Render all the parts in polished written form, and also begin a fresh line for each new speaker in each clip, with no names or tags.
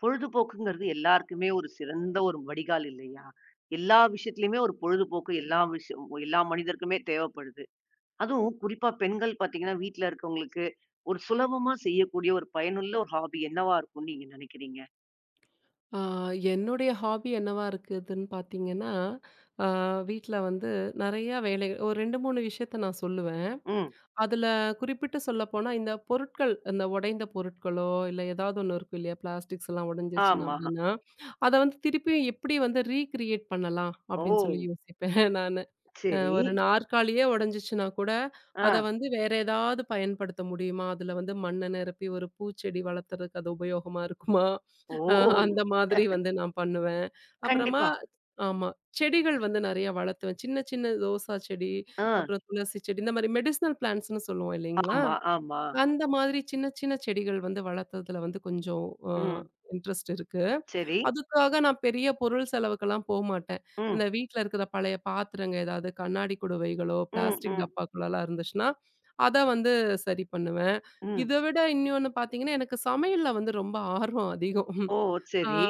பொழுதுபோக்குங்கிறது எல்லாருக்குமே ஒரு சிறந்த ஒரு வடிகால் இல்லையா? எல்லா விஷயத்துலயுமே ஒரு பொழுதுபோக்கு எல்லா விஷயம் எல்லா மனிதருக்குமே தேவைப்படுது. அதுவும் குறிப்பா பெண்கள் பார்த்தீங்கன்னா, வீட்ல இருக்கவங்களுக்கு ஒரு சுலபமா செய்யக்கூடிய ஒரு பயனுள்ள ஒரு ஹாபி என்னவா இருக்கும்னு நீங்க நினைக்கிறீங்க?
ஆ, என்னுடைய ஹாபி என்னவா இருக்குதுன்னு பார்த்தீங்கன்னா, ஆ வீட்ல வந்து நெறைய வேலை ஒரு 2, 3 விஷயத்த நான் சொல்லுவேன்.
ம்.
அதுல குறிப்பிட்டு சொல்லப்போனா, இந்த உடைந்த பொருட்களோ, இல்ல ஏதாவது ஒண்ணு இருக்கும் இல்லையா? பிளாஸ்டிக்ஸ்லாம் உடைஞ்சிருச்சுன்னா
ஆமா.
அப்படின்னா, அத வந்து திருப்பியும் எப்படி வந்து ரீகிரியேட் பண்ணலாம்
ஓ!
அப்படின்னு சொல்லி யோசிப்பேன் நானு.
சரி.
ஒரு நாற்காலியே உடைஞ்சிச்சுனா கூட, அத
ஆ.
வந்து வேற ஏதாவது பயன்படுத்த முடியுமா? அதுல வந்து மண்ண நிரப்பி ஒரு பூச்செடி வளர்த்துறதுக்கு அது உபயோகமா இருக்குமா?
ஓ!
அ அந்த மாதிரி வந்து நான் பண்ணுவேன். அப்புறமா
கண்டிப்பா.
ஆமா. செடிகள் வந்து நெறைய வளர்த்துவேன். சின்ன சின்ன ரோசா செடி,
ஆ.
அப்புறம் துளசி செடி, இந்த மாரி மெடிசினல் பிளான்ட்ஸ்ன்னு சொல்லுவோம் இல்லைங்களா?
ஆமா, ஆமா.
அந்த மாதிரி சின்ன சின்ன செடிகள் வந்து வளர்த்ததுல வந்து கொஞ்சம் அ
ம்.
இன்ட்ரெஸ்ட் இருக்கு.
சரி.
அதுக்காக நான் பெரிய பொருள் செலவுக்கெல்லாம் போமாட்டேன்.
ம்.
இந்த வீட்ல இருக்கிற பழைய பாத்திரங்க ஏதாவது கண்ணாடி குடுவைகளோ,
ம்,
பிளாஸ்டிக்
ம்,
டப்பாக்குள்ளலாம் இருந்துச்சுன்னா, அத வந்து சரி பண்ணுவேன். இத
ம்.
விட இன்னொன்னு பார்த்தீங்கன்னா, எனக்கு சமையல்ல வந்து ரொம்ப ஆர்வம் அதிகம்.
ஓ!
ஆ
சரி.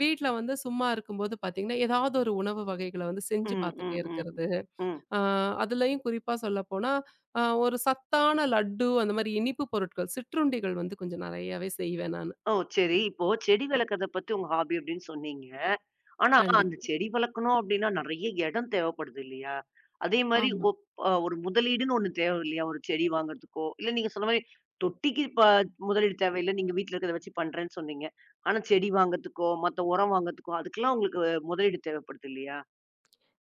வீட்ல வந்து சும்மா இருக்கும்போது பார்த்தீங்கன்னா, ஏதாவது ஒரு உணவு வகைகள வந்து செஞ்சு
ம்,
பார்த்துட்டே
ம், ம்.
இருக்கிறது.
ம்.
அ அதுலயும் குறிப்பா சொல்லப்போனா, ஒரு சத்தான லட்டு அந்த மாரி இனிப்பு பொருட்கள், சிற்றுண்டிகள் வந்து கொஞ்சம் நெறையாவே செய்வேன் நானு.
ஓ! சரி. இப்போ செடி வளர்க்கறத பத்தி உங்க ஹாபி அப்படின்னு சொன்னீங்க. ஆனா அந்த
கண்டிப்பா.
செடி வளர்க்கணும் அப்படின்னா நெறைய இடம் தேவைப்படுது இல்லையா? அதே மாரி
ஆமா.
ஒப் அ ஒரு முதலீடுன்னு ஒண்ணு தேவை இல்லையா? ஒரு செடி வாங்குறதுக்கோ, இல்ல நீங்க சொன்ன மாரி தொட்டிக்கு ப முதலீடு தேவையில்ல. நீங்க வீட்ல இருக்கிறத வச்சு பண்றேன்னு சொன்னீங்க. ஆனா செடி வாங்குறதுக்கோ, மத்த உரம் வாங்குறதுக்கோ, அதுக்கெல்லாம் உங்களுக்கு முதலீடு தேவைப்படுது இல்லையா?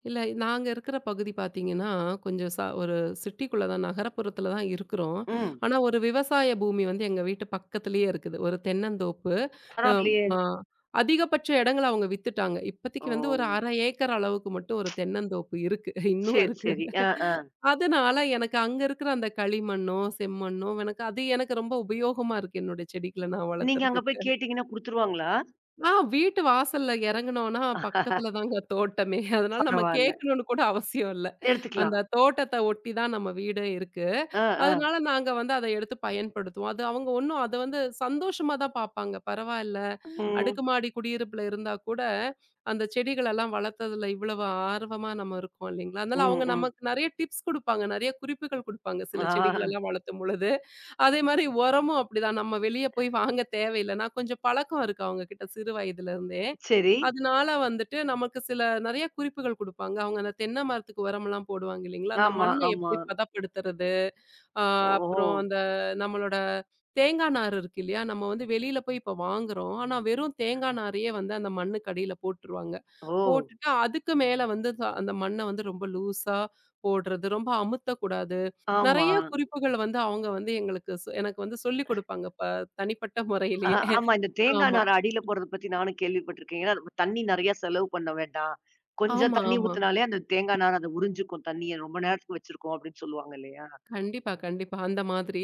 இல்ல நாங்க இருக்கிற பகுதி பார்த்தீங்கன்னா, கொஞ்சம் ஒரு சிட்டிக்குள்ள தான் நகரப்புறத்துல தான் இருக்கிறோம்.
ம்.
ஆனா ஒரு விவசாய பூமி வந்து எங்க வீட்டு பக்கத்திலேயே இருக்குது. ஒரு தென்னந்தோப்பு. அம்
பரவாயில்லையே!
அ அதிகபட்ச எடங்கள அவங்க வித்துட்டாங்க. இப்போதைக்கு
ஓ!
வந்து ஒரு 1/2 ஏக்கர் அளவுக்கு மட்டும் ஒரு தென்னந்தோப்பு இருக்கு. இன்னும்
சரி,
இருக்கு.
சரி. அ, அ.
அதனால எனக்கு அங்க இருக்கிற அந்த களிமண்ணோ, செம்மண்ணோ எனக்கு அது எனக்கு ரொம்ப உபயோகமா இருக்கு என்னோட செடிகள நான்
நீங்க அங்க போய்
வளர்த்துறதுக்கு.
கேட்டீங்கன்னா குடுத்துருவாங்களா? பரவால்ல.
வீட்டு வாசல்ல இறங்குனோம்னா, பக்கத்துல தாங்க தோட்டமே. அதனால நம்ம கேட்கணும்னு கூட அவசியம் இல்ல.
எடுத்துக்கலாம்.
அந்த தோட்டத்த ஒட்டி தான் நம்ம வீடு இருக்கு.
அ, அ.
அதனால நாங்க வந்து அத எடுத்து பயன்படுத்துவோம். அது அவங்க ஒண்ணும் அத வந்து சந்தோஷமா தான் பார்ப்பாங்க. பரவாயில்ல,
ம்.
அடுக்குமாடி குடியிருப்புல இருந்தா கூட, அந்த செடிகளெல்லாம் வளர்த்ததுல இவ்வளவு ஆர்வமா நம்ம இருக்கோம் இல்லைங்களா? அதனால
ம்,
அவங்க
ம்.
நமக்கு நெறைய டிப்ஸ் குடுப்பாங்க. நெறைய குறிப்புகள் குடுப்பாங்க. சில
ஆ
செடிகளெல்லாம் வளர்த்தும் பொழுது. அதே மாரி உரமும் அப்படிதான். நம்ம வெளிய போய் வாங்க தேவையில்ல. நான் கொஞ்சம் பழக்கம் இருக்கு அவங்க கிட்ட சிறு வயதிலிருந்தே.
சரி.
அதனால வந்துட்டு நமக்கு சில நெறைய குறிப்புகள் குடுப்பாங்க. அவங்க அந்த தென்னை மரத்துக்கு உரம்லாம் போடுவாங்க இல்லைங்களா? அந்த
ஆமா,
மண்ண
ஆமா.
எப்படி பதப்படுத்துறது? ஆ
ஓஹோ!
அப்புறம் அந்த நம்மளோட தேங்கா நார் இருக்கு இல்லையா? நம்ம வந்து வெளியில போய் இப்ப வாங்குறோம். ஆனா வெறும் தேங்கா நாரையே வந்து அந்த மண்ணுக்கு அடியில போட்டுருவாங்க.
ஓ!
போட்டுட்டு அதுக்கு மேல வந்து அந்த மண்ண வந்து ரொம்ப லூஸா போடுறது, ரொம்ப அமுத்தக்கூடாது.
ஆமா.
நெறைய குறிப்புகள் வந்து அவங்க வந்து எங்களுக்கு எனக்கு வந்து சொல்லிக் குடுப்பாங்க. தனிப்பட்ட
அ
முறையிலேயே.
ஆமா. இந்த தேங்காய்
ஆமா.
நார் அடியில போடுறத பத்தி நானும் கேள்விப்பட்டுருக்கேன். ஏன்னா, நம்ம தண்ணி நெறைய செலவு பண்ண வேண்டாம். கொஞ்சம்
ஆமா,
தண்ணி
ஆமா.
ஊத்துனாலே அந்த தேங்காய் நார் அத உறிஞ்சுக்கும் தண்ணிய. ரொம்ப நேரத்துக்கு வச்சிருக்கோம் அப்படின்னு சொல்லுவாங்க இல்லையா?
கண்டிப்பா, கண்டிப்பா. அந்த மாதிரி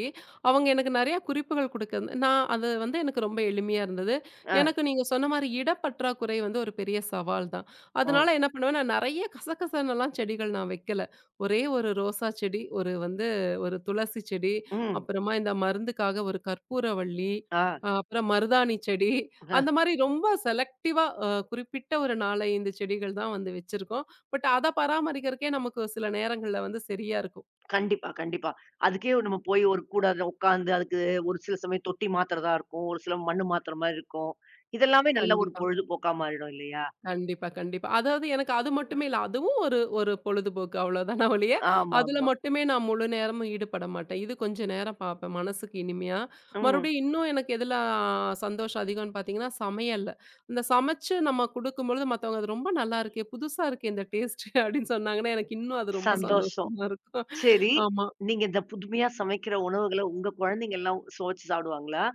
அவங்க எனக்கு நெறைய குறிப்புகள் குடுக்க நான் அது வந்து எனக்கு ரொம்ப எளிமையா இருந்தது.
அ,
எனக்கு நீங்க சொன்ன மாரி இடப்பற்றாக்குறை வந்து ஒரு பெரிய சவால் தான்.
அ,
அதனால என்ன பண்ணுவேன், நான் நெறைய கசகசன்னெல்லாம் செடிகள் நான் வைக்கல. ஒரே ஒரு ரோசா செடி, ஒரு வந்து ஒரு துளசி செடி,
ம்.
அப்புறமா இந்த மருந்துக்காக ஒரு கற்பூரவள்ளி,
ஆ,
அப்புறம் மருதாணி செடி,
அ.
அந்த மாரி ரொம்ப செலக்டிவா குறிப்பிட்ட ஒரு 4, 5 செடிகள் தான் வந்து வச்சிருக்கோம். பட் அத பராமரிக்கிறக்கே நமக்கு சில நேரங்கள்ல வந்து சரியா இருக்கும்.
கண்டிப்பா, கண்டிப்பா. அதுக்கே நம்ம போய் ஒரு கூட அதுல உட்காந்து அதுக்கு ஒரு சில சமயம் தொட்டி மாத்துறதா இருக்கும். ஒரு சில மண்ணு மாத்துற மாரி இருக்கும். இதெல்லாமே நல்ல ஒரு
கண்டிப்பா.
பொழுதுபோக்கா மாறிடும் இல்லையா?
கண்டிப்பா, கண்டிப்பா. அதாவது எனக்கு அது மட்டுமே இல்ல. அதுவும் ஒரு ஒரு பொழுதுபோக்கு அவ்வளோதான ஒழிய, அதுல
ஆமாமா.
மட்டுமே நான் முழு நேரமும் ஈடுபட மாட்டேன். இது கொஞ்ச நேரம் பார்ப்பேன் மனசுக்கு இனிமையா.
ம்.
மறுபடியும் இன்னும் எனக்கு எதுல ஆ, சந்தோஷம் அதிகம்னு பார்த்தீங்கன்னா, சமையல்ல. இந்த சமைச்சு நம்ம குடுக்கும்பொழுது மத்தவங்க "அது ரொம்ப நல்லா இருக்கே! புதுசா இருக்கே இந்த டேஸ்ட்டு" அப்படின்னு சொன்னாங்கன்னா, எனக்கு இன்னும் அது ரொம்ப
சந்தோஷம்.
சந்தோஷமா இருக்கும்.
சரி,
ஆமா.
நீங்க இந்த புதுமையா சமைக்கிற உணவுகள உங்க குழந்தைங்கலாம் சுவைச்சு சாப்பிடுவாங்களா?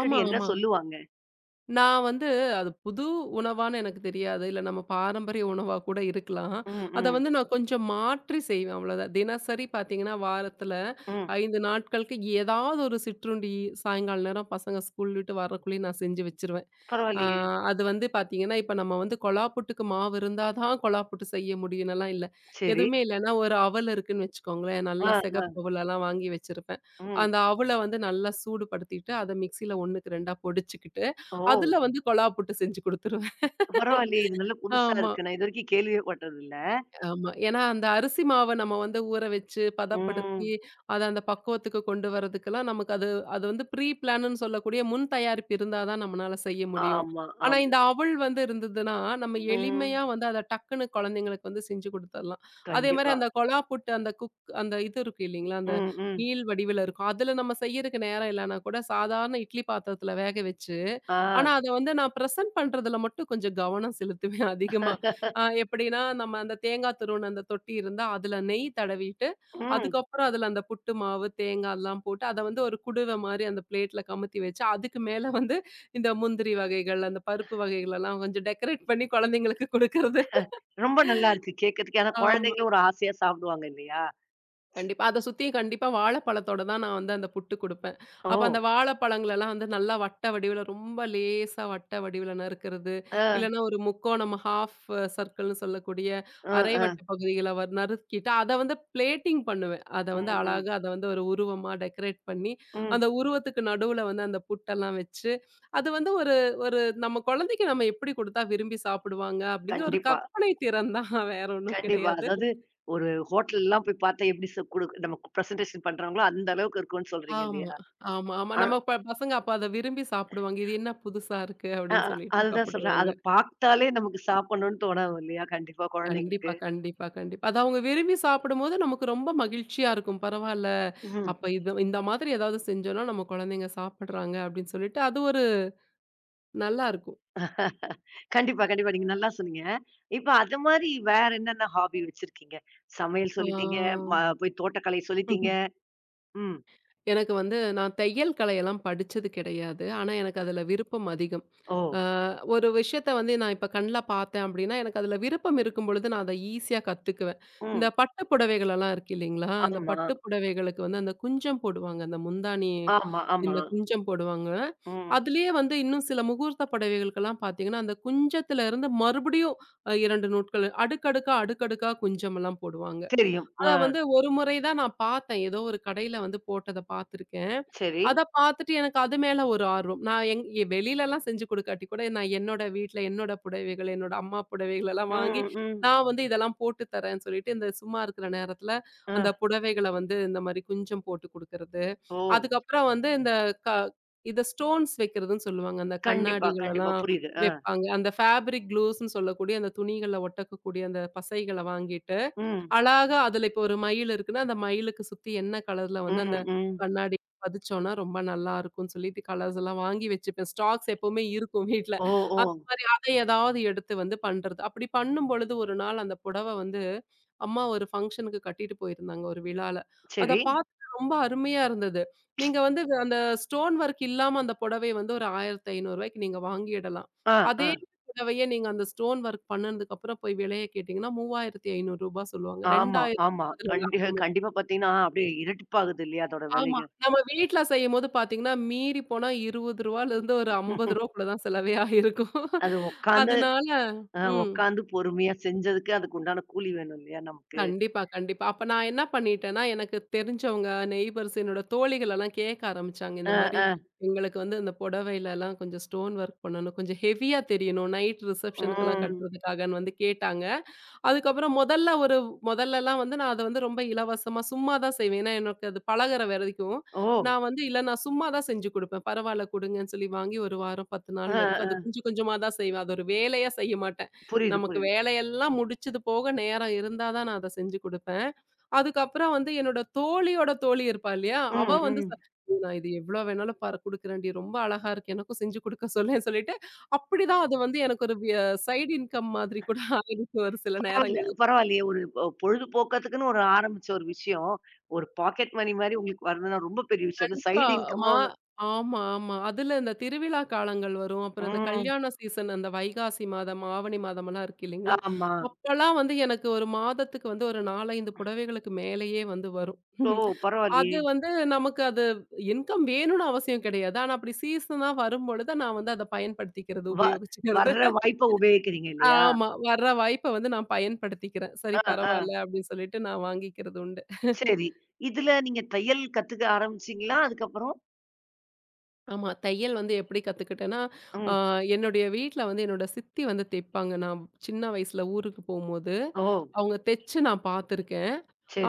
ஆமா,
என்ன
ஆமா.
சொல்லுவாங்க?
நான் வந்து அது புது உணவான்னு எனக்கு தெரியாது. இல்ல நம்ம பாரம்பரிய உணவா கூட இருக்கலாம்.
ம்,
அத
ம்,
வந்து நான் கொஞ்சம் மாற்றி செய்வேன் அவ்வளோதான். தினசரி பார்த்தீங்கன்னா, வாரத்துல
ம்.
5 நாட்களுக்கு ஏதாவது ஒரு சிற்றுண்டி சாயங்கால நேரம் பசங்க ஸ்கூல் விட்டு வரக்குள்ளயே நான் செஞ்சு வச்சுருவேன். ஆ
பரவாயில்லையே!
அது வந்து பார்த்தீங்கன்னா, இப்ப நம்ம வந்து கொழா புட்டுக்கு மாவு இருந்தா தான் கொழா புட்டு செய்ய முடியும்னுலாம் இல்ல.
சரி.
எதுவுமே இல்லன்னா ஒரு அவல் இருக்குன்னு வச்சுக்கோங்களேன். நல்லா
ஆ, ஆ.
சிகப்பு அவலெல்லாம் வாங்கி வச்சிருப்பேன்.
ம்.
அந்த அவல வந்து நல்லா சூடுபடுத்திட்டு, அத மிக்ஸியில 1க்கு 2ஆ பொடிச்சுக்கிட்டு அதுல
ஓ!
வந்து கொழா புட்டு செஞ்சு குடுத்துருவேன்.
பரவாயில்லையே! இது நல்ல புதுசா
ஆமா.
இருக்கு. நான் இதுவரைக்கும் கேள்வியே பட்டதில்ல.
ஆமா. ஏன்னா, அந்த அரிசி மாவ நம்ம வந்து ஊற வச்சு, பதப்படுத்தி,
ம்.
அத அந்த பக்குவத்துக்கு கொண்டு வரதுக்கெல்லாம் நமக்கு அது அது வந்து ப்ரீ பிளான்னு சொல்லக்கூடிய முன் தயாரிப்பு இருந்தா தான் நம்மனால செய்ய முடியும்.
ஆமா,
ஆனா,
ஆமா.
இந்த அவல் வந்து இருந்ததுன்னா, நம்ம
ம்.
எளிமையா வந்து அத டக்குன்னு குழந்தைங்களுக்கு வந்து செஞ்சு குடுத்துரலாம். அதேமாரி
கண்டிப்பா.
அந்த கொழா புட்டு, அந்த குக் அந்த இது இருக்கு இல்லீங்களா? அந்த
ம், ம்.
நீள் வடிவில இருக்கும். அதுல நம்ம செய்யறக்கு நேரம் இல்லன்னா கூட, சாதாரண இட்லி பாத்திரத்துல வேக வச்சு,
ஆ.
ஆனா அத வந்து நான் பிரசன்ட் பண்றதுல மட்டும் கொஞ்சம் கவனம் செலுத்துவேன் அதிகமா. எப்படின்னா, நம்ம அந்த தேங்காய் துருவுன அந்த தொட்டி இருந்தா, அதுல நெய் தடவிட்டு,
ம்.
அதுக்கப்புறம் அதுல அந்த புட்டு மாவு, தேங்காய்லாம் போட்டு, அத வந்து ஒரு குடுவை மாரி அந்த பிளேட்ல கமுத்தி வச்சு, அதுக்கு மேல வந்து இந்த முந்திரி வகைகள், அந்த பருப்பு வகைகளெல்லாம் கொஞ்சம் டெக்கரேட் பண்ணி குழந்தைங்களுக்கு குடுக்கறது.
ரொம்ப நல்லா இருக்கு கேட்கறதுக்கே. ஆனா
ஆமா.
குழந்தைங்களும் ஒரு ஆசையா சாப்பிடுவாங்க இல்லையா?
கண்டிப்பா. அத சுத்தியும் கண்டிப்பா வாழைப்பழத்தோட தான் நான் வந்து அந்த புட்டு குடுப்பேன்.
ஓ!
அப்ப அந்த வாழைப்பழங்களெல்லாம் வந்து நல்லா வட்ட வடிவுல, ரொம்ப லேசா வட்ட வடிவுல நறுக்கிறது.
ஆ,
இல்லன்னா ஒரு முக்கோணம் ஹாஃப் சர்க்கிள்ன்னு சொல்லக்கூடிய
ஆ,
அரை
ஆ.
வட்ட பகுதிகள நறுக்கிட்டு, அத வந்து பிளேட்டிங் பண்ணுவேன். அத வந்து
ம், ம்,
அழகா அத வந்து ஒரு உருவமா டெக்கரேட் பண்ணி,
ம்.
அந்த உருவத்துக்கு நடுவுல வந்து அந்த புட்டெல்லாம் வச்சு, அது வந்து ஒரு ஒரு நம்ம குழந்தைக்கு நம்ம எப்படி குடுத்தா விரும்பி சாப்பிடுவாங்க? அப்படிங்கிற ஒரு
கண்டிப்பா.
கற்பனை திறன் தான் வேற ஒண்ணும்
கண்டிப்பா.
கிடையாது.
அதாவது ஒரு ஹோட்டல்லாம் போய் பார்த்தா எப்படி ச குடு நம்ம பிரசன்டேஷன் பண்றாங்களோ, அந்த அளவுக்கு இருக்கும்னு சொல்றீங்க
ஆமா,
இல்லையா?
ஆமா, ஆமா.
அ
நம்ம பசங்க அப்ப அத விரும்பி சாப்பிடுவாங்க. இது என்ன புதுசா இருக்கு
அ
அப்படின்னு சொல்லிட்டு
அதுதான் சொல்றேன்.
சாப்பிடுவாங்க.
அத பார்த்தாலே நமக்கு சாப்பிடணும்னு தோணாது இல்லையா? கண்டிப்பா
கண்டிப்பா,
குழந்தைங்களுக்கு.
கண்டிப்பா, கண்டிப்பா. அது அவங்க விரும்பி சாப்பிடும்போது நமக்கு ரொம்ப மகிழ்ச்சியா இருக்கும். பரவால்ல,
ம்.
அப்ப இது இந்த மாதிரி ஏதாவது செஞ்சோம்னா நம்ம குழந்தைங்க சாப்பிடுறாங்க அப்படின்னு சொல்லிட்டு அது ஒரு நல்லா இருக்கும்.
கண்டிப்பா, கண்டிப்பா. நீங்க நல்லா சொன்னீங்க. இப்ப அது மாரி வேற என்னென்ன ஹாபி வச்சிருக்கீங்க? சமையல் சொல்லிட்டீங்க, ம போய் தோட்டக்கலை
ஆ.
சொல்லிட்டீங்க. ம்.
எனக்கு வந்து நான் தையல் கலையெல்லாம் படிச்சது கிடையாது. ஆனா, எனக்கு அதுல விருப்பம் அதிகம்.
ஓ!
அ ஒரு விஷயத்த வந்து நான் இப்ப கண்ல பார்த்தேன் அப்டின்னா, எனக்கு அதுல விருப்பம் இருக்கும் பொழுது நான் அத ஈஸியா கத்துக்குவேன். இந்த
ம்.
பட்டு புடவைகளெல்லாம் இருக்கு இல்லைங்களா? அந்த
ஆமா,
பட்டு புடவைகளுக்கு வந்து அந்த குஞ்சம் போடுவாங்க. அந்த முந்தானி
ஆமா, ஆமா.
இந்த குஞ்சம் போடுவாங்க.
ம்.
அதுலயே வந்து இன்னும் சில முகூர்த்த புடவைகளுக்கெல்லாம் பார்த்தீங்கன்னா, அந்த குஞ்சத்திலருந்து மறுபடியும் 2 நூட்கள் அடுக்கடுக்கா, அடுக்கடுக்கா குஞ்சமெல்லாம் போடுவாங்க.
தெரியும். ஆ.
அதான் வந்து ஒரு முறை தான் நான் பார்த்தேன். ஏதோ ஒரு கடையில வந்து போட்டத பார்த்துருக்கேன்.
சரி.
அத பார்த்துட்டு எனக்கு அது மேல ஒரு ஆர்வம். நான் எங் எ வெளிலலாம் செஞ்சு குடுக்காட்டி கூட, நான் என்னோட வீட்ல என்னோட புடவைகள், என்னோட அம்மா புடவைகள் எல்லாம் வாங்கி,
ம், ம்.
நான் வந்து இதெல்லாம் போட்டு தரேன்னு சொல்லிட்டு, இந்த சும்மா இருக்கிற நேரத்துல
அ.
அந்த புடவைகள வந்து இந்த மாரி குஞ்சம் போட்டு குடுக்கறது.
ஓ!
அதுக்கப்புறம் வந்து இந்த க இத ஸ்டோன்ஸ் வைக்கிறதுன்னு சொல்லுவாங்க. அந்த
கண்டிப்பா, கண்டிப்பா.
கண்ணாடிகளெல்லாம்
புரியுது. அ.
வைப்பாங்க. அந்த ஃபேப்ரிக் க்ளூஸ்ன்னு சொல்லக்கூடிய அந்த துணிகள்ல ஒட்டக்கக்கூடிய அந்த பசைகள வாங்கிட்டு
ம்.
அழகா அதுல இப்போ ஒரு மயில் இருக்குன்னா, அந்த மயிலுக்கு சுத்தி என்ன கலர்ல வந்து
ம்,
அந்த
ம்.
கண்ணாடி பதிச்சோம்னா ரொம்ப நல்லா இருக்கும்னு சொல்லிட்டு கலர்ஸ் எல்லாம் வாங்கி வச்சுப்பேன். ஸ்டாக்ஸ் எப்பவுமே இருக்கும் வீட்ல.
ஓ! ஓ!
அந்த மாரி அதை ஏதாவது எடுத்து வந்து பண்றது. அப்படி பண்ணும்பொழுது ஒரு நாள் அந்த புடவ வந்து அம்மா ஒரு ஃபங்ஷனுக்கு கட்டிட்டு போயிருந்தாங்க ஒரு விழால. அத
சரி.
பார்த்துட்டு ரொம்ப அருமையா இருந்தது. நீங்க வந்து அந்த ஸ்டோன் ஒர்க் இல்லாம அந்த புடவைய வந்து ஒரு ரூ. 1500க்கு நீங்க வாங்கிடலாம்.
ஆ,
அதே
ஆ.
தடவையே நீங்க அந்த ஸ்டோன் ஒர்க் பண்ணதுக்கு அப்புறம் போய் விலைய கேட்டீங்கன்னா ரூ. 3500 சொல்லுவாங்க. ரூ.
ஆமா,
2000
ஆமா.
அதுல
கண்டி
லாபம் இருக்கு.
கண்டிப்பா பார்த்தீங்கன்னா, அப்படியே இரட்டிப்பாகுது இல்லையா? அதோட
ஆமா.
விலைங்க.
நம்ம வீட்ல செய்யும்போது பாத்தீங்கன்னா, மீறி போனா ரூ. 20லேருந்து ஒரு ரூ. 50க்குள்ள தான் செலவே ஆயிருக்கும்.
அது உட்காந்து
அதனால ம்.
உட்காந்து பொறுமையா செஞ்சதுக்கு அதுக்கு உண்டான கூலி வேணும் இல்லையா நமக்கு?
கண்டிப்பா, கண்டிப்பா. அப்ப நான் என்ன பண்ணிட்டேன்னா, எனக்கு தெரிஞ்சவங்க, நெய்பர்ஸ் என்னோட தோழிகள் எல்லாம் கேட்க ஆரம்பிச்சாங்க.
அ,
இந்த மாரி
அ.
எங்களுக்கு வந்து இந்த புடவைலலாம் கொஞ்சம் ஸ்டோன் ஒர்க் பண்ணணும். கொஞ்சம் ஹெவியா தெரியணும். நைட் ரிசப்ஷனுக்கெல்லாம்
ம்.
கட்டுறதுக்காகன்னு வந்து கேட்டாங்க. அதுக்கப்புறம் முதல்லலாம் வந்து நான் அத வந்து ரொம்ப இலவசமா சும்மா தான் செய்வேன். ஏன்னா எனக்கு அது பழகுற வரைக்கும்.
ஓ!
நான் வந்து இல்ல நான் சும்மா தான் செஞ்சு குடுப்பேன். பரவால்ல குடுங்கன்னு சொல்லி வாங்கி 1 வாரம் 10
அ,
நாள் வரைக்கும் அத
அ.
கொஞ்சம் கொஞ்சமா தான் செய்வேன். அது ஒரு வேலையா செய்ய மாட்டேன்.
புரியுது,
நமக்கு
புரியுது.
வேலையெல்லாம் முடிச்சது போக நேரம் இருந்தா தான் நான் அத செஞ்சு குடுப்பேன். அதுக்கப்புறம் வந்து என்னோட தோழியோட தோழி இருப்பா இல்லையா? அவ
ம்,
வந்து
ம்.
"நான் இது எவ்ளோ வேணாலும் பாரு குடுக்குறேன்டி. ரொம்ப அழகா இருக்கு. எனக்கும் செஞ்சு குடுக்க சொல்லேன்" சொல்லிட்டு அப்படிதான் அது வந்து எனக்கு ஒரு சைடு இன்கம் மாதிரி கூட ஆயிடுச்சு ஒரு சில
பரவால்ல,
நேரங்கள்ல.
பரவாயில்லையே. ஒரு பொழுதுபோக்கத்துக்குன்னு ஒரு ஆரம்பிச்ச ஒரு விஷயம், ஒரு பாக்கெட் மணி மாரி உங்களுக்கு வரதுன்னா ரொம்ப பெரிய விஷயம். அது
கண்டிப்பா.
சைடு இன்கம்மா
மா
ஒண்ணு
ஆமா, ஆமா. அதுல இந்த திருவிழா காலங்கள் வரும். அப்புறம் இந்த
ம்.
கல்யாண சீசன் அந்த வைகாசி மாதம், ஆவணி மாதமெல்லாம் இருக்கு இல்லைங்களா?
ஆமா.
அப்பல்லாம் வந்து எனக்கு ஒரு மாதத்துக்கு வந்து ஒரு 4, 5 புடவைகளுக்கு மேலேயே வந்து வரும்.
ஓ!
அது
பரவாயில்லையே!
வந்து நமக்கு அது இன்கம் வேணும்னு அவசியம் கிடையாது. ஆனா அப்படி சீசனா வரும்பொழுது நான் வந்து அத பயன்படுத்திக்கிறது,
வ
உபயோகிச்சுக்கிறது.
வர்ற வாய்ப்ப உபயோகிக்கிறீங்க இல்லையா?
ஆமா. வர்ற வாய்ப்ப வந்து நான் பயன்படுத்திக்கிறேன். சரி
ஆ, ஆ.
பரவால்ல அப்படின்னு சொல்லிட்டு நான் வாங்கிக்கிறது உண்டு.
சரி. இதுல நீங்க தையல் கத்துக்க ஆரம்பிச்சீங்களா அதுக்கப்புறம்?
ஆமா. தையல் வந்து எப்படி கத்துக்கிட்டேன்னா, ஆ
ம்.
என்னுடைய வீட்ல வந்து என்னோட சித்தி வந்து தைப்பாங்க. நான் சின்ன வயசுல ஊருக்கு போம்போது,
ஓ!
அவங்க தெச்சு நான் பார்த்துருக்கேன்.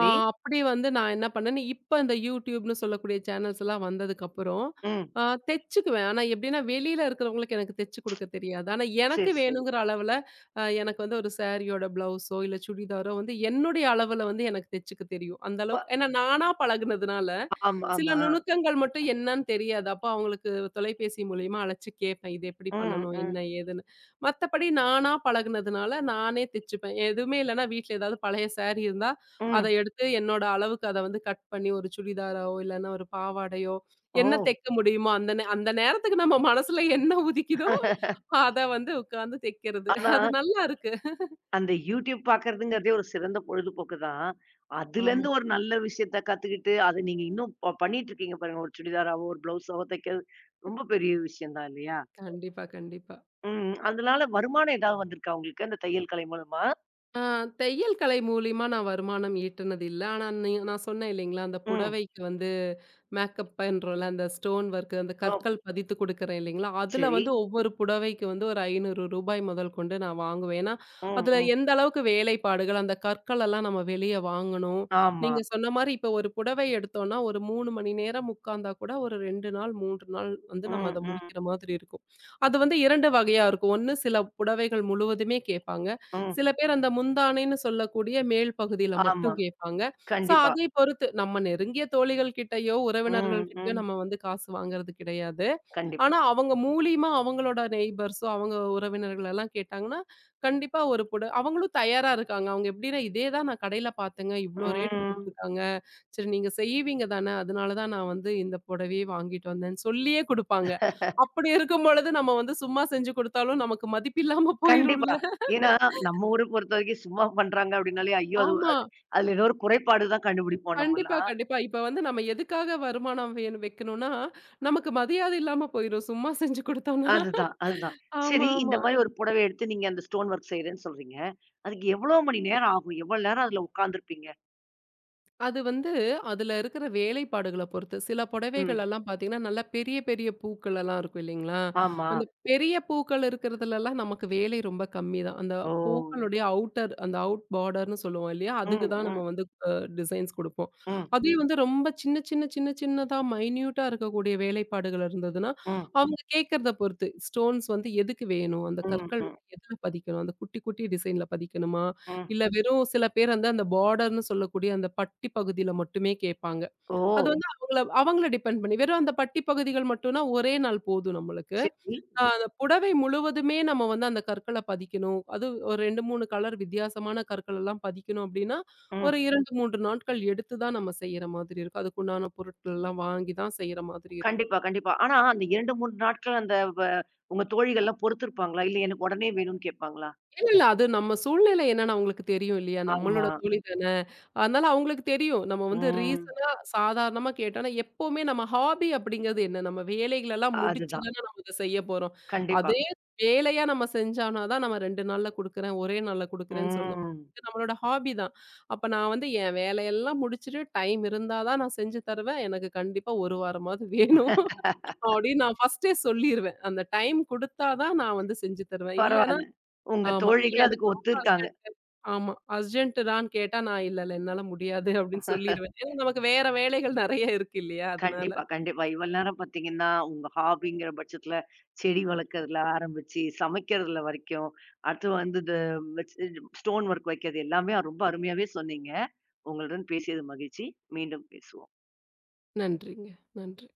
ஆ அப்படி வந்து நான் என்ன பண்ணேன், இப்ப இந்த YouTubeன்னு சொல்லக்கூடிய சேனல்ஸ்லாம் வந்ததுக்கப்புறம்,
ம்.
ஆ தெச்சுக்குவேன். ஆனா எப்படின்னா, வெளியில இருக்கிறவங்களுக்கு எனக்கு தெச்சு குடுக்க தெரியாது. ஆனா எனக்கு
சரி, சரி.
வேணுங்கிற அளவுல, எனக்கு வந்து ஒரு சாரியோட பிளவுஸோ, இல்ல சுடிதாரோ வந்து என்னுடைய அளவுல வந்து எனக்கு தெச்சுக்க தெரியும். அந்த
ப
அளவுக்கு ஏன்னா நானா பழகுனதுனால,
ஆமா,
சில
ஆமா.
நுணுக்கங்கள் மட்டும் என்னன்னு தெரியாது. அப்ப அவங்களுக்கு தொலைபேசி மூலியமா அழைச்சு கேட்பேன். இது எப்படி
ம்,
பண்ணணும்? என்ன?
ம்,
ஏதுன்னு. மத்தபடி நானா பழகுனதுனால, நானே தச்சுப்பேன். எதுவுமே இல்லன்னா வீட்ல ஏதாவது பழைய சாரி இருந்தா, அத
ம்.
எடுத்து என்னோட அளவுக்கு அத வந்து கட் பண்ணி ஒரு சுடிதாரோ, இல்லன்னா ஒரு பாவாடையோ,
ஓ!
என்ன தைக்க முடியுமோ அந்த நேரத்துக்கு நம்ம மனசுல என்ன உதிக்குதோ, அத வந்து உட்கார்ந்து தைக்கிறது.
ஆனா,
அது நல்லா இருக்கு.
அந்த YouTube பாக்கறதுங்கிறதே ஒரு சிறந்த பொழுதுபோக்கு தான்.
ஆமா.
அதுலருந்து ஒரு நல்ல விஷயத்த கத்துக்கிட்டு, அத நீங்க இன்னும் பண்ணிட்டு இருக்கீங்க பாருங்க. ஒரு சுடிதாராவோ, ஒரு ப்ளவுஸாவோ தைக்கிறது ரொம்ப பெரிய விஷயம் தான் இல்லையா?
கண்டிப்பா, கண்டிப்பா.
ம். அதனால வருமானம் ஏதாவது வந்திருக்கா உங்களுக்கு அந்த தையல் கலை மூலமா?
ஆ தையல் கலை மூலியமா நான் வருமானம் ஈட்டுனது இல்ல. ஆனா, நான் சொன்னேன் இல்லைங்களா, அந்த
ம்.
புடவைக்கு வந்து மேக்கப் பண்றோம்ல, அந்த ஸ்டோன் ஒர்க் அந்த
ஓ!
கற்கள் பதித்து குடுக்குறேன் இல்லைங்களா, அதுல
சரி.
வந்து ஒவ்வொரு புடவைக்கு வந்து ஒரு ரூ. 500 முதல் கொண்டு நான் வாங்குவேன். ஏன்னா,
ம்,
அதுல
ம்.
எந்த அளவுக்கு வேலைப்பாடுகள், அந்த கற்கள் எல்லாம் நம்ம வெளிய வாங்கணும்.
ஆமா.
நீங்க சொன்ன மாரி இப்ப ஒரு புடவை எடுத்தோம்னா, ஒரு 3 மணி நேரம் உட்கார்ந்தா கூட ஒரு 2 நாள், 3 நாள் வந்து நம்ம
ம்,
அத
ம்,
முடிக்கிற மாதிரி இருக்கும். அது வந்து 2 வகையா இருக்கும். ஒண்ணு சில புடவைகள் முழுவதுமே கேட்பாங்க.
ம்.
சில பேர் அந்த முந்தானைன்னு சொல்லக்கூடிய மேல் பகுதியில
ஆமா.
மட்டும் கேட்பாங்க. ஸோ,
கண்டிப்பா.
அதை பொறுத்து நம்ம நெருங்கிய தோழிகள் கிட்டயோ,
ம்,
உறவினர்கள் கிட்டயோ
ம்.
நம்ம வந்து காசு வாங்குறது கிடையாது. ஆனா,
கண்டிப்பா.
அவங்க மூலியமா அவங்களோட நெய்பர்ஸோ, அவங்க உறவினர்கள் எல்லாம் கேட்டாங்கன்னா, கண்டிப்பா ஒரு புட அவங்களும் தயாரா இருக்காங்க. அவங்க எப்படின்னா, "இதே தான் நான் கடையில பார்த்தேங்க. இவ்ளோ ரேட்
ம்.
போட்டுருக்காங்க. சரி நீங்க செய்வீங்க தானே, அதனால தான் நான் வந்து இந்த புடவையே வாங்கிட்டு வந்தேன்னு" சொல்லியே குடுப்பாங்க. அப்படி இருக்கும் பொழுது நம்ம வந்து சும்மா செஞ்சு குடுத்தாலும் நமக்கு மதிப்பில்லாம
கண்டிப்பா.
போயிரும்ல.
ஏன்னா, நம்ம ஊர பொறுத்தவரைக்கும் சும்மா பண்றாங்க அப்டின்னாலே, ஐயோ! அது
ஆமா.
அதுல ஏதோ ஒரு குறைபாடு தான் கண்டுபிடிப்போம்
கண்டிப்பா,
நம்மலாம்.
கண்டிப்பா. இப்ப வந்து நம்ம எதுக்காக வருமானம் வைக்கணும்னா, நமக்கு மரியாதை இல்லாம போயிரும். சும்மா செஞ்சு குடுத்தோம்னா.
அதுதான், அதுதான்.
ஆமா,
சரி இந்த
ஆமா.
மாரி ஒரு புடவ எடுத்து நீங்க அந்த ஸ்டோன் ஒர்க் செய்றேன்னு சொல்றீங்க. அதுக்கு எவ்வளோ மணி நேரம் ஆகும்? எவ்வளோ நேரம் அதுல உட்காந்துருப்பீங்க?
அது வந்து அதுல இருக்கிற வேலைப்பாடுகள பொறுத்து. சில புடவைகள்
ம்.
எல்லாம் பார்த்தீங்கன்னா, நல்லா பெரிய பெரிய பூக்கள் எல்லாம் இருக்கும் இல்லைங்களா?
ஆமா.
அந்த பெரிய பூக்கள் இருக்கிறதுலலாம் நமக்கு வேலை ரொம்ப கம்மி தான். அந்த
ஓ!
பூக்களுடைய அவுட்டர் அந்த அவுட் பார்டர்ன்னு சொல்லுவோம் இல்லையா? அதுக்கு
ம்,
தான்
ம்,
நம்ம வந்து டிசைன்ஸ் குடுப்போம்.
ம்,
அதே வந்து ரொம்ப சின்ன சின்ன சின்ன சின்னதா மைன்யூட்டா இருக்கக்கூடிய வேலைப்பாடுகள் இருந்ததுன்னா,
ம்,
அவங்க கேட்கறத பொறுத்து. ஸ்டோன்ஸ் வந்து எதுக்கு வேணும்? அந்த
ம்,
கற்கள்
ம்,
வந்து எதுல பதிக்கணும்? அந்த குட்டி குட்டி டிசைன்ல பதிக்கணுமா?
ம்.
இல்ல வெறும் சில பேர் வந்து அந்த பார்டர்ன்னு சொல்லக்கூடிய அந்த பட்டி பகுதியில மட்டுமே கேட்பாங்க.
ஓ!
அது வந்து அவங்கள அவங்கள டிபெண்ட் பண்ணி. வெறும் அந்த பட்டி பகுதிகள் மட்டும்னா ஒரே நாள் போதும் நம்மளுக்கு.
சரி.
அந்த புடவை முழுவதுமே நம்ம வந்து அந்த கற்கள பதிக்கணும். அது ஒரு 2, 3 கலர் வித்தியாசமான கற்கள் எல்லாம் பதிக்கணும் அப்டின்னா,
ம்.
ஒரு 2, 3 நாட்கள் எடுத்து தான் நம்ம செய்ற மாதிரி இருக்கும். அதுக்குண்டான பொருட்கள் எல்லாம் வாங்கி தான் செய்ற மாதிரி இருக்கும்.
கண்டிப்பா, கண்டிப்பா. ஆனா, அந்த 2, 3 நாட்கள் அந்த உங்க தோழிகள்லாம் பொறுத்திருப்பாங்களா? இல்ல எனக்கு உடனே வேணும்னு கேட்பாங்களா?
இல்ல, இல்ல. அது நம்ம சூழ்நிலை என்னன்னு அவங்களுக்கு தெரியும் இல்லையா? நம்மளோட
ஆமா.
தோழி தான. அதனால அவங்களுக்கு தெரியும். நம்ம வந்து ம்.
ம்.
ரீசனா, சாதாரணமா கேட்டோம்னா, எப்பவுமே நம்ம ஹாபி அப்படிங்கிறது என்ன? நம்ம வேலைகளெல்லாம் முடிச்சு
அதுதான்.
தானே நம்ம இத செய்ய போறோம்.
கண்டிப்பா.
அதே வேலையா நம்ம செஞ்சோம்னா தான் நம்ம 2 நாள்ல குடுக்குறேன், ஒரே நாள்ல குடுக்குறேன்னு சொல்ல
ம்.
இது நம்மளோட ஹாபி தான். அப்ப நான் வந்து என் வேலையெல்லாம் முடிச்சுட்டு டைம் இருந்தா தான் நான் செஞ்சு தருவேன். எனக்கு கண்டிப்பா 1 வாரமாவது வேணும். அப்படின்னு நான் ஃபர்ஸ்ட்டே சொல்லிருவேன். அந்த டைம் குடுத்தா தான் நான் வந்து செஞ்சு தருவேன். இல்லன்னா
பரவால்ல. உங்க
ஆமா. இல்ல
தோழிகளும்
எனக்கு
அதுக்கு
ரொம்ப
ஒத்துருக்காங்க.
அர்ஜென்ட்டு. ஆமா. அர்ஜென்ட் டான்னு கேட்டா, நான் இல்ல, இல்ல என்னால முடியாது அப்படின்னு சொல்லிருவேன். ஏன்னா நமக்கு வேற வேலைகள் நெறைய இருக்கு இல்லையா? அதனால.
கண்டிப்பா, கண்டிப்பா. இவ்வளோ நேரம் பார்த்தீங்கன்னா, உங்க ஹாபிங்கிற பட்சத்துல செடி வளர்க்கறதுல ஆரம்பிச்சு, சமைக்கிறதுல வரைக்கும், அடுத்து வந்து இந்த வச்சு ஸ்டோன் ஒர்க் வைக்கிறது எல்லாமே ரொம்ப அருமையாவே சொன்னீங்க. உங்களுடன் பேசியது மகிழ்ச்சி. மீண்டும் பேசுவோம்.
நன்றிங்க. நன்றி.